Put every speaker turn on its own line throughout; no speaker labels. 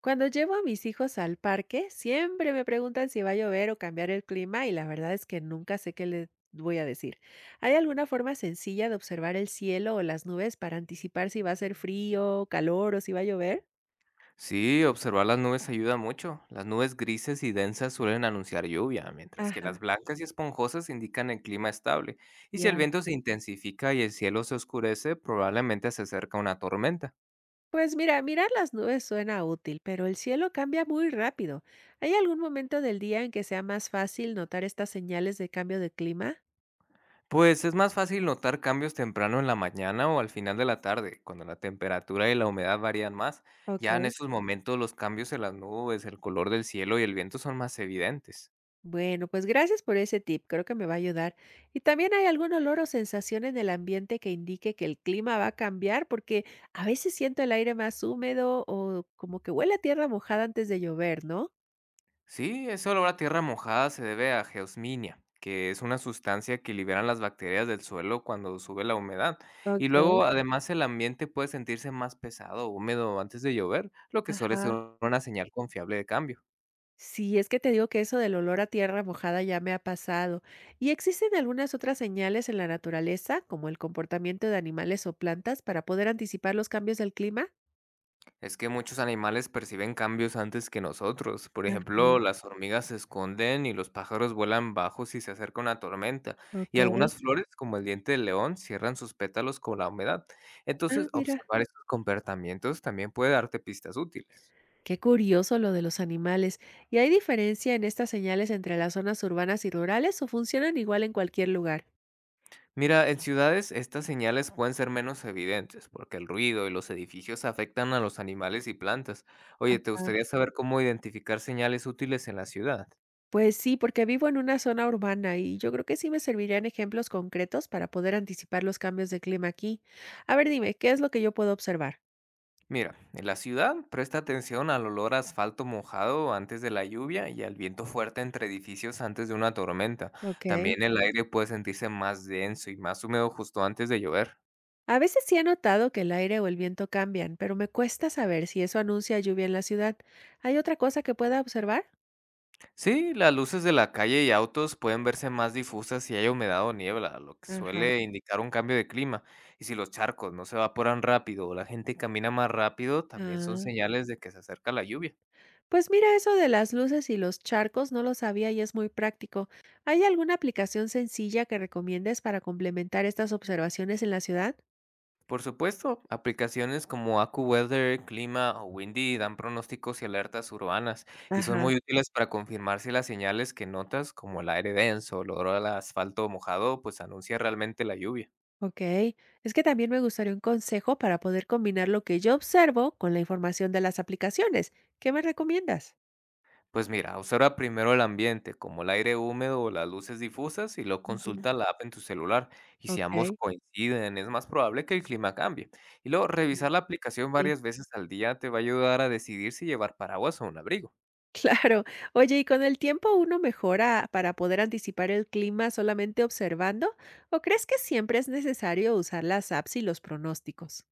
Cuando llevo a mis hijos al parque, siempre me preguntan si va a llover o cambiar el clima y la verdad es que nunca sé qué les voy a decir. ¿Hay alguna forma sencilla de observar el cielo o las nubes para anticipar si va a ser frío, calor o si va a llover?
Sí, observar las nubes ayuda mucho. Las nubes grises y densas suelen anunciar lluvia, mientras que
Ajá,
las blancas y esponjosas indican el clima estable. Y si el
ya.
viento se intensifica y el cielo se oscurece, probablemente se acerca una tormenta.
Pues mira, mirar las nubes suena útil, pero el cielo cambia muy rápido. ¿Hay algún momento del día en que sea más fácil notar estas señales de cambio de clima?
Pues es más fácil notar cambios temprano en la mañana o al final de la tarde, cuando la temperatura y la humedad varían más. Ya en
Ok.
esos momentos los cambios en las nubes, el color del cielo y el viento son más evidentes.
Bueno, pues gracias por ese tip, creo que me va a ayudar. Y también hay algún olor o sensación en el ambiente que indique que el clima va a cambiar, porque a veces siento el aire más húmedo o como que huele a tierra mojada antes de llover, ¿no?
Sí, ese olor a tierra mojada se debe a geosminia, que es una sustancia que liberan las bacterias del suelo cuando sube la humedad. Y luego,
Ok.
Además, el ambiente puede sentirse más pesado o húmedo antes de llover, lo que suele ser
Ajá.
una señal confiable de cambio.
Sí, es que te digo que eso del olor a tierra mojada ya me ha pasado. ¿Y existen algunas otras señales en la naturaleza, como el comportamiento de animales o plantas, para poder anticipar los cambios del clima?
Es que muchos animales perciben cambios antes que nosotros. Por
Ajá.
ejemplo, las hormigas se esconden y los pájaros vuelan bajo si se acerca una tormenta.
Ok.
Y algunas flores, como el diente del león, cierran sus pétalos con la humedad.
Ah,
Entonces,
mira.
observar estos comportamientos también puede darte pistas útiles.
Qué curioso lo de los animales. ¿Y hay diferencia en estas señales entre las zonas urbanas y rurales o funcionan igual en cualquier lugar?
Mira, en ciudades estas señales pueden ser menos evidentes porque el ruido y los edificios afectan a los animales y plantas. Oye, ¿te
Ah,
gustaría saber cómo identificar señales útiles en la ciudad?
pues sí, porque vivo en una zona urbana y yo creo que sí me servirían ejemplos concretos para poder anticipar los cambios de clima aquí. A ver, dime, ¿qué es lo que yo puedo observar?
Mira, en la ciudad presta atención al olor a asfalto mojado antes de la lluvia y al viento fuerte entre edificios antes de una tormenta.
Ok.
También el aire puede sentirse más denso y más húmedo justo antes de llover.
A veces sí he notado que el aire o el viento cambian, pero me cuesta saber si eso anuncia lluvia en la ciudad. ¿Hay otra cosa que pueda observar?
Sí, las luces de la calle y autos pueden verse más difusas si hay humedad o niebla, lo que
Ajá.
suele indicar un cambio de clima. Y si los charcos no se evaporan rápido o la gente camina más rápido, también son señales de que se acerca la lluvia.
Pues mira, eso de las luces y los charcos no lo sabía y es muy práctico. ¿Hay alguna aplicación sencilla que recomiendes para complementar estas observaciones en la ciudad?
Por supuesto, aplicaciones como AccuWeather, Clima o Windy dan pronósticos y alertas urbanas y son
Ajá,
muy útiles para confirmar si las señales que notas, como el aire denso o el olor al asfalto mojado, pues anuncia realmente la lluvia.
ok. Es que también me gustaría un consejo para poder combinar lo que yo observo con la información de las aplicaciones. ¿Qué me recomiendas?
Pues mira, observa primero el ambiente, como el aire húmedo o las luces difusas, y lo
Ujú,
consulta la app en tu celular. Y si ambos
ok.
coinciden, es más probable que el clima cambie. Y luego
mm,
revisar la aplicación
Sí.
varias veces al día te va a ayudar a decidir si llevar paraguas o un abrigo.
Claro. Oye, ¿y con el tiempo uno mejora para poder anticipar el clima solamente observando? ¿O crees que siempre es necesario usar las apps y los pronósticos?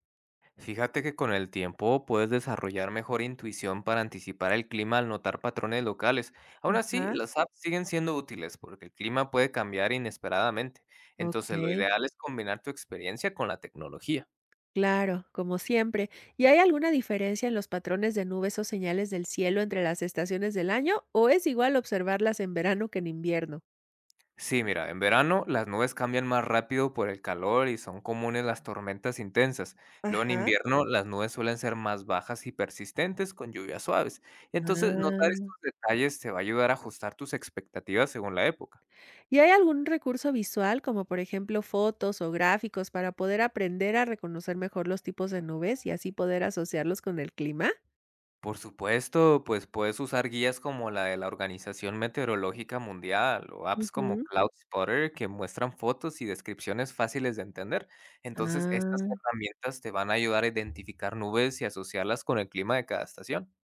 Fíjate que con el tiempo puedes desarrollar mejor intuición para anticipar el clima al notar patrones locales. Aún así,
Ajá.
las apps siguen siendo útiles porque el clima puede cambiar inesperadamente. Entonces, lo
Okey,
ideal es combinar tu experiencia con la tecnología.
claro, como siempre. ¿Y hay alguna diferencia en los patrones de nubes o señales del cielo entre las estaciones del año, o es igual observarlas en verano que en invierno?
Sí, mira, en verano las nubes cambian más rápido por el calor y son comunes las tormentas intensas. Luego en
Ajá.
invierno las nubes suelen ser más bajas y persistentes con lluvias suaves. Entonces, notar
Ah,
estos detalles te va a ayudar a ajustar tus expectativas según la época.
¿y hay algún recurso visual, como por ejemplo fotos o gráficos, para poder aprender a reconocer mejor los tipos de nubes y así poder asociarlos con el clima?
Por supuesto, pues puedes usar guías como la de la Organización Meteorológica Mundial o apps como
Ujú.
CloudSpotter que muestran fotos y descripciones fáciles de entender. Entonces, estas
Ah.
herramientas te van a ayudar a identificar nubes y asociarlas con el clima de cada estación.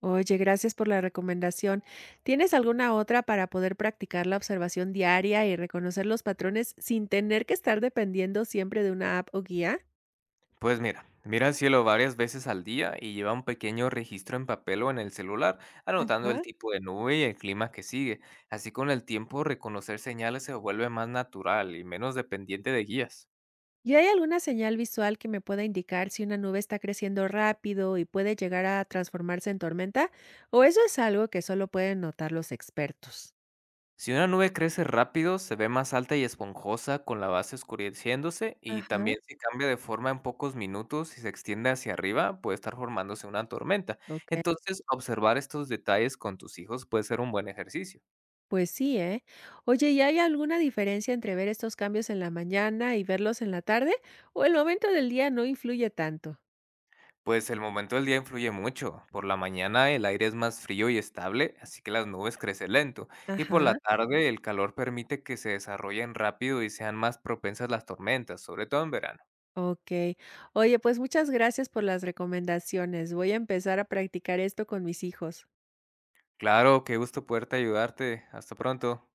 Oye, gracias por la recomendación. ¿Tienes alguna otra para poder practicar la observación diaria y reconocer los patrones sin tener que estar dependiendo siempre de una app o guía?
Pues mira, el cielo varias veces al día y lleva un pequeño registro en papel o en el celular, anotando el
Ajá.
tipo de nube y el clima que sigue. Así con el tiempo reconocer señales se vuelve más natural y menos dependiente de guías.
¿Y hay alguna señal visual que me pueda indicar si una nube está creciendo rápido y puede llegar a transformarse en tormenta? ¿O eso es algo que solo pueden notar los expertos?
Si una nube crece rápido, se ve más alta y esponjosa, con la base oscureciéndose, y
Ajá.
también si cambia de forma en pocos minutos y se extiende hacia arriba, puede estar formándose una tormenta.
Ok,
Entonces, observar estos detalles con tus hijos puede ser un buen ejercicio.
pues sí, ¿eh? Oye, ¿y hay alguna diferencia entre ver estos cambios en la mañana y verlos en la tarde? ¿O el momento del día no influye tanto?
Pues el momento del día influye mucho. Por la mañana el aire es más frío y estable, así que las nubes crecen lento, y por la
Ajá,
tarde el calor permite que se desarrollen rápido y sean más propensas las tormentas, sobre todo en verano.
okey. Oye, pues muchas gracias por las recomendaciones. Voy a empezar a practicar esto con mis hijos.
Claro, qué gusto poderte ayudarte. Hasta pronto.